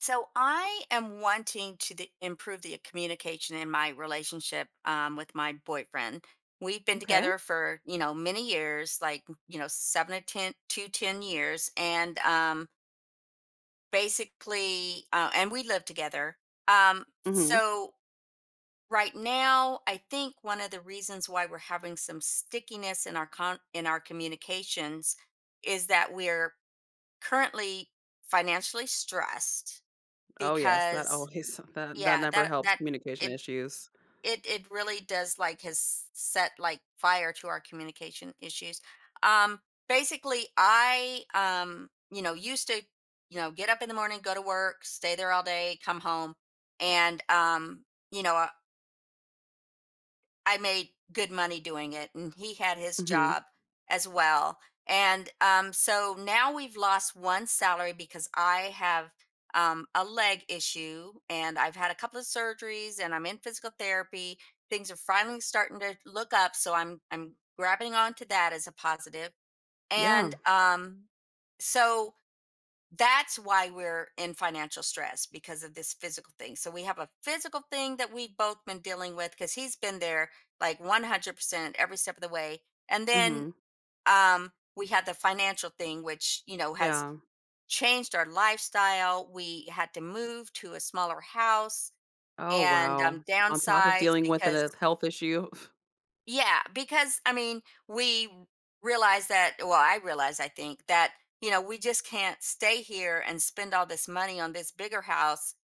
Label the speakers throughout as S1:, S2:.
S1: So I am wanting improve the communication in my relationship with my boyfriend. We've been
S2: Okay.
S1: together for many years, like 7 to 10 to 10 years, and basically, and we live together.
S2: Mhm.
S1: So right now, I think one of the reasons why we're having some stickiness in our communications is that we're currently financially stressed
S2: Oh, yes, that
S1: because,
S2: always that
S1: yeah,
S2: never
S1: that
S2: helps
S1: that
S2: communication
S1: it
S2: issues.
S1: it really does, like, has set like fire to our communication issues. Um basically I used to, get up in the morning, go to work, stay there all day, come home and, you know I made good money doing it, and he had his
S2: Mhm.
S1: job as well. And so now we've lost one salary because I have, a leg issue, and I've had a couple of surgeries, and I'm in physical therapy. Things are finally starting to look up, so I'm grabbing onto that as a positive.
S2: Yeah.
S1: And so that's why we're in financial stress, because of this physical thing. So we have a physical thing that we've both been dealing with, because he's been there like 100% every step of the way. And then,
S2: Mhm.
S1: we had the financial thing, which, has
S2: Yeah.
S1: changed our lifestyle. We had to move to a smaller house
S2: Oh,
S1: and,
S2: wow. On top of
S1: downsize,
S2: dealing with
S1: because,
S2: a health issue.
S1: yeah, because I mean, we realize that, well, I realize, I think that, we just can't stay here and spend all this money on this bigger house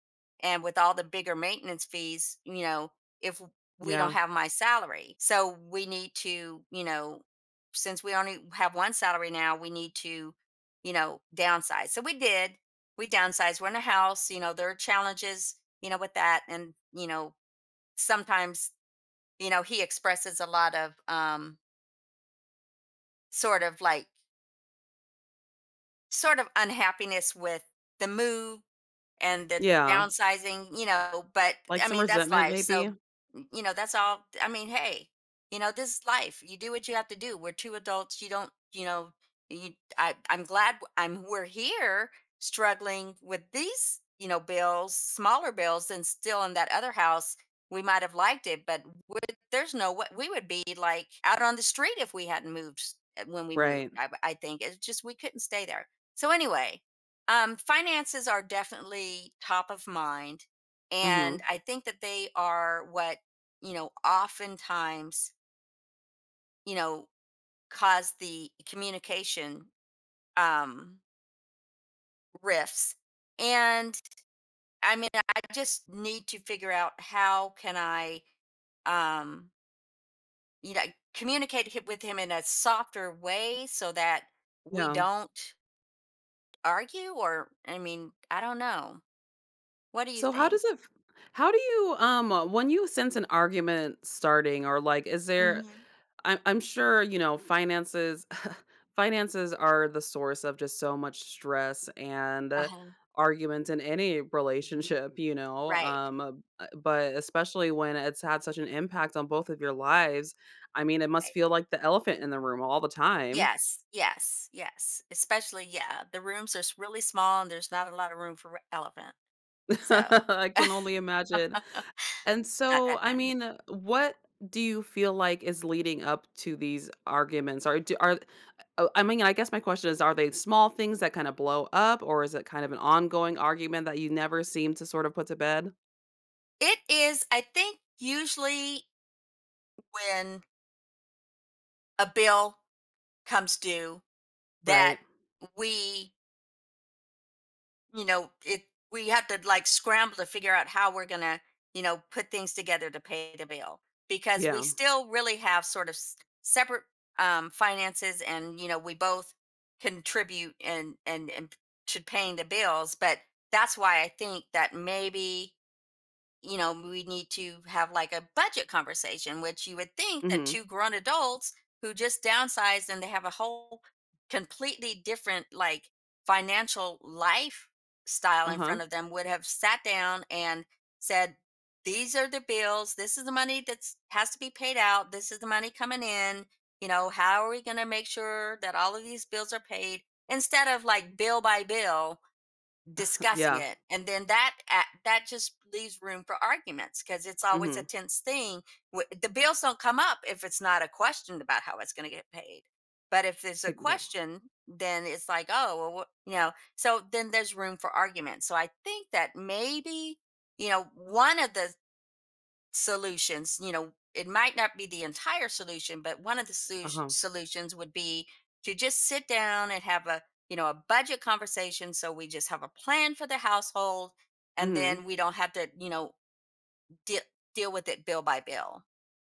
S1: and with all the bigger maintenance fees, if we don't
S2: Yeah.
S1: have my salary. So we need to, since we only have one salary now, we need to, downsize. So we did. We downsized. We're in a house, there are challenges, with that. And, sometimes, he expresses a lot of, sort of like, unhappiness with the move and the
S2: Yeah.
S1: downsizing, but
S2: Like
S1: I
S2: some
S1: mean, that's
S2: resentment
S1: life. So,
S2: maybe?
S1: that's all. I mean, hey, this is life. You do what you have to do. We're two adults. You don't, you, I'm glad w- I'm, we're here struggling with these, bills, smaller bills, and still in that other house, we might have liked it, but would, there's no way we would be like out on the street if we hadn't moved, when we moved.
S2: Right.
S1: I think it's just we couldn't stay there. So, anyway, finances are definitely top of mind. And
S2: Mhm.
S1: I think that they are what, oftentimes, you know, cause the communication, um, rifts. And I mean, I just need to figure out, how can I, um, you know, communicate with him in a softer way, so that we
S2: Yeah.
S1: don't argue, or, I mean, I don't know. What do you
S2: So how
S1: think?
S2: does it f How do you, when you sense an argument starting, or, like, is there.
S1: Hmm.
S2: I'm sure, you know, finances finances are the source of just so much stress and
S1: Uh-huh.
S2: arguments in any relationship, you know.
S1: Right.
S2: But especially when it's had such an impact on both of your lives, I mean, it must
S1: Right.
S2: feel like the elephant in the room all the time.
S1: Yes, yes, yes. Especially, yeah, the rooms are really small, and there's not a lot of room for a elephant. So,
S2: I can only imagine. And
S1: not
S2: so,
S1: that
S2: I
S1: tiny.
S2: mean, what do you feel like is leading up to these arguments? Are do, are I mean, I guess my question is, are they small things that kind of blow up, or is it kind of an ongoing argument that you never seem to sort of put to bed?
S1: It is, I think, usually when a bill comes due that,
S2: Right.
S1: we you know, it we have to, like, scramble to figure out how we're going to, put things together to pay the bill, because we
S2: Yeah.
S1: still really have sort of, separate, finances, and, we both contribute, and to paying the bills. But that's why I think that maybe, we need to have, like, a budget conversation, which you would think that
S2: hmm
S1: two grown adults who just downsized and they have a whole completely different, like, financial lifestyle in
S2: Uh-huh.
S1: front of them, would have sat down and said, these are the bills. This is the money that's has to be paid out. This is the money coming in. You know, how are we going to make sure that all of these bills are paid, instead of like bill by bill discussing
S2: Yeah.
S1: it? And then that just leaves room for arguments, because it's always a
S2: Mm-hmm.
S1: tense thing. The bills don't come up if it's not a question about how it's going to get paid. But if there's a
S2: Exactly.
S1: question, then it's like, oh, well, what, you know? So then there's room for argument. So I think that maybe, one of the solutions, it might not be the entire solution, but one of the solu-
S2: Uh-huh.
S1: solutions would be to just sit down and have a, a budget conversation, so we just have a plan for the household, and then
S2: Hmm.
S1: we don't have to, deal deal with it bill by bill.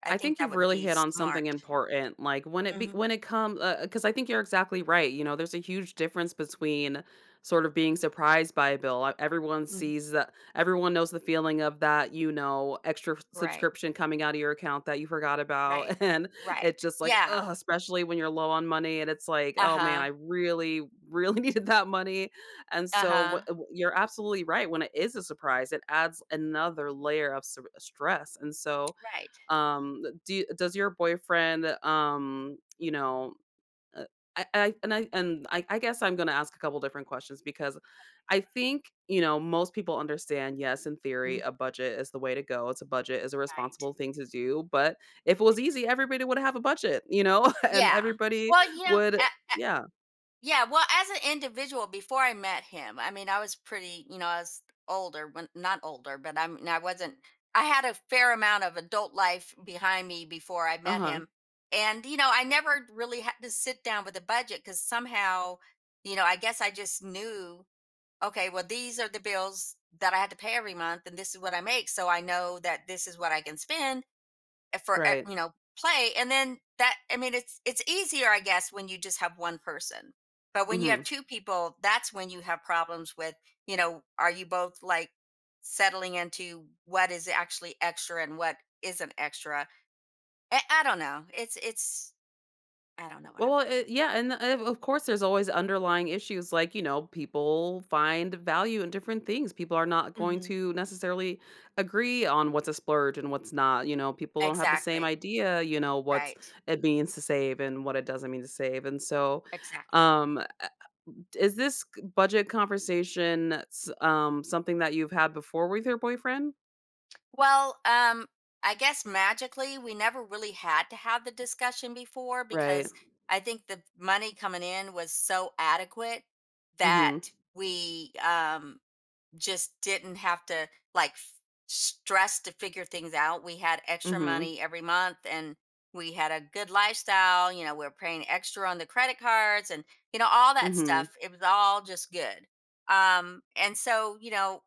S1: I
S2: I
S1: think
S2: think
S1: that
S2: you've
S1: would
S2: really
S1: be
S2: hit on
S1: smart.
S2: something important, like,
S1: Hmm.
S2: when it comes, because I think you're exactly right, you know, there's a huge difference between sort of being surprised by a bill. Everyone
S1: Mm.
S2: sees that, everyone knows the feeling of that, you know, extra
S1: Right,
S2: subscription coming out of your account that you forgot
S1: right,
S2: about, and
S1: right.
S2: it's just like,
S1: Yeah.
S2: ugh, especially when you're low on money and it's like, "Oh, man,
S1: Uh-huh,
S2: I really, really needed that money," and so, wha
S1: uh-huh.
S2: you're absolutely right, when it is a surprise, it adds another layer of sur stress, and so
S1: Right.
S2: do does your boyfriend, you know, uh, I guess I'm gonna ask a couple different questions because I think, you know, most people understand, yes, in theory,
S1: Mhm.
S2: a budget is the way to go. It's a budget is a
S1: Right.
S2: responsible thing to do. But if it was easy, everybody would have a budget, you know, and
S1: Yeah.
S2: everybody
S1: Well,
S2: would
S1: a-
S2: yeah.
S1: yeah, well, as an individual, before I met him, I mean, I was pretty, I was older, when, not older, but I mean, I wasn't. I had a fair amount of adult life behind me before I met
S2: Uh-huh.
S1: him, and, I never really had to sit down with a budget, because somehow, I guess I just knew, okay, well, these are the bills that I had to pay every month, and this is what I make, so I know that this is what I can spend for,
S2: Right.
S1: play. And then that, I mean, it's, easier, I guess, when you just have one person, but when you have
S2: Mhm.
S1: two people, that's when you have problems with, are you both, like, settling into what is actually extra and what isn't extra? I don't know. It's I don't know what I'm
S2: Well,
S1: saying.
S2: yeah, and, of course, there's always underlying issues, like, you know, people find value in different things. People are not going
S1: Hmm.
S2: to necessarily agree on what's a splurge and what's not, you know, people don't have the same
S1: Exactly.
S2: idea, you know, what's
S1: Right.
S2: it means to save and what it doesn't mean to save, and so,
S1: Exactly.
S2: um, uh, is this c budget conversation s something that you've had before with your boyfriend?
S1: Well, I guess magically we never really had to have the discussion before,
S2: Right.
S1: because I think the money coming in was so adequate that
S2: Mhm.
S1: we, just didn't have to, like, stress to figure things out. We had extra
S2: Mhm.
S1: money every month, and we had a good lifestyle. You know, we were paying extra on the credit cards, and, all that
S2: Mhm.
S1: stuff. It was all just good. And so,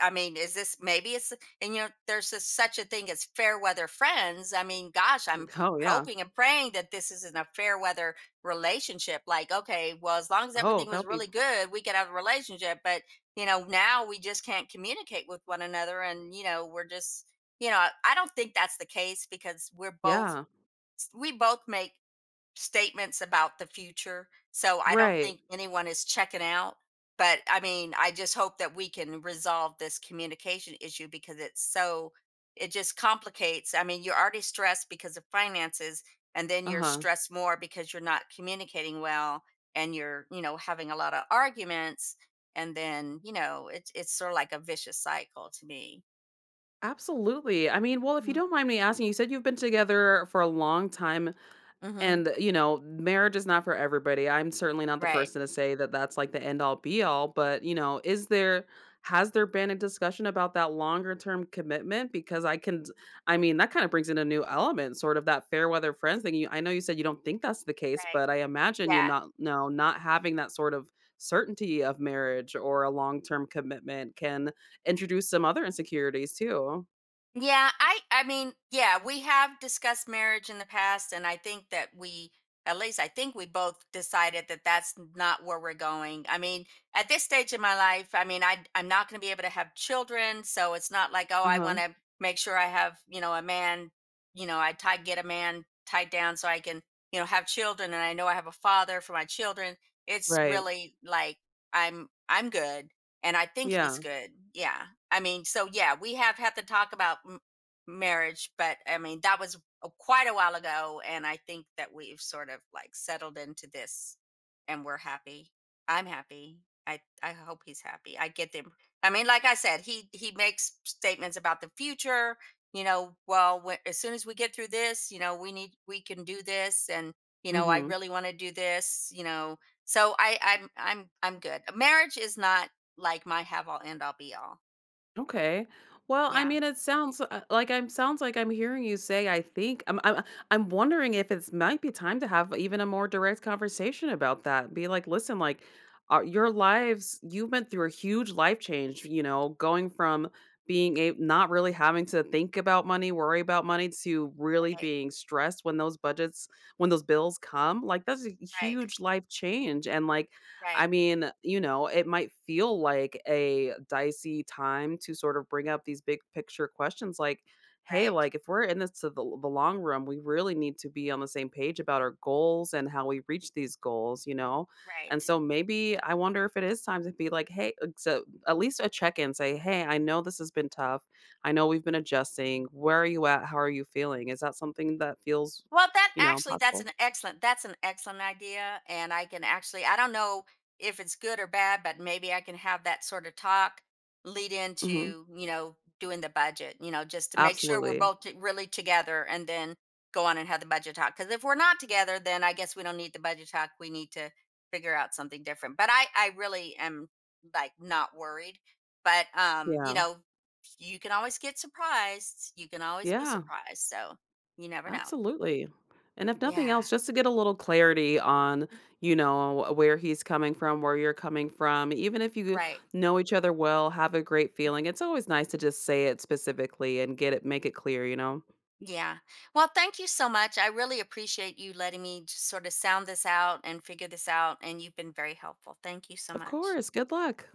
S1: I mean, is this, maybe it's, and you know, there's a, such a thing as fair weather friends. I mean, gosh, I'm
S2: Oh, yeah.
S1: hoping and praying that this isn't a fair weather relationship. Like, okay, well, as long as
S2: Oh,
S1: everything was
S2: that'll be
S1: really good, we could have a relationship. But, you know, now we just can't communicate with one another, and, we're just, I don't think that's the case, because
S2: yeah.
S1: we both make statements about the future. So I don't
S2: Right.
S1: think anyone is checking out. But I mean, I just hope that we can resolve this communication issue, because it's so, it just complicates. I mean, you're already stressed because of finances, and then you're
S2: Uh-huh.
S1: stressed more because you're not communicating well, and you're, having a lot of arguments. And then, it's sort of like a vicious cycle to me.
S2: Absolutely. I mean, well, if you
S1: Yeah.
S2: don't mind me asking, you said you've been together for a long time
S1: Hmm.
S2: and, you know, marriage is not for everybody. I'm certainly not the
S1: Right.
S2: person to say that that's like the end all be all, but, you know, is there has there been a discussion about that longer term commitment? Because I can. I mean, that kind of brings in a new element, sort of that fair weather friends thing. You I know you said you don't think that's the case,
S1: Right.
S2: but I imagine you
S1: Yeah.
S2: not no, not having that sort of certainty of marriage or a long term commitment can introduce some other insecurities too.
S1: Yeah, I mean, yeah, we have discussed marriage in the past, and I think that we, at least I think we both decided that that's not where we're going. I mean, at this stage in my life, I mean, I'm not going to be able to have children, so it's not like, oh, I
S2: Uh-huh.
S1: want to make sure I have, a man, you know, I tie get a man tied down so I can, have children, and I know I have a father for my children. It's
S2: Right.
S1: really like I'm good, and I think he's
S2: Yeah.
S1: good. Yeah. I mean, so, yeah, we have had to talk about, marriage, but I mean, that was, quite a while ago. And I think that we've sort of, like, settled into this, and we're happy. I'm happy. I hope he's happy. I get them. I mean, like I said, he makes statements about the future, well, when, as soon as we get through this, we can do this. And, I
S2: Mhm.
S1: really want to do this, so, I'm good. Marriage is not like my have all end all be all
S2: Okay. Well, I
S1: yeah,
S2: mean, it sounds like I'm sounds like I'm hearing you say I think I'm wondering if it's might be time to have even a more direct conversation about that. Be like, "Listen, like your lives, you've been through a huge life change, you know, going from being a not really having to think about money, worry about money, to really
S1: right,
S2: being stressed when those budgets when those bills come. Like that's a
S1: right,
S2: huge life change, and like
S1: right,
S2: I mean, you know, it might feel like a dicey time to sort of bring up these big picture questions like, hey,
S1: right,
S2: like if we're in this to the long run, we really need to be on the same page about our goals and how we reach these goals, you know? And
S1: right.
S2: so maybe I wonder if it is time to be like, hey, so at least a check in, say, hey, I know this has been tough. I know we've been adjusting. Where are you at? How are you feeling? Is that something that feels,
S1: Well, that
S2: you know,
S1: actually,
S2: possible?
S1: that's an excellent idea. And I can actually, I don't know if it's good or bad, but maybe I can have that sort of talk lead
S2: hmm
S1: into, doing the budget, just to make sure we're
S2: Absolutely.
S1: both, really together, and then go on and have the budget talk. Because if we're not together, then I guess we don't need the budget talk. We need to figure out something different. But I really am, like, not worried, but, you
S2: Yeah.
S1: know, you can always get surprised. You can always be
S2: Yeah.
S1: surprised. So, you never know.
S2: Absolutely. And if nothing
S1: Yeah.
S2: else, just to get a little clarity on,
S1: Mm.
S2: you know, where he's coming from, where you're coming from, even if you
S1: Right.
S2: know each other well, have a great feeling. It's always nice to just say it specifically and get it, make it clear, you know?
S1: Yeah. Well, thank you so much. I really appreciate you letting me just sort of sound this out and figure this out. And you've been very helpful. Thank you so
S2: Of
S1: much.
S2: course. Good luck.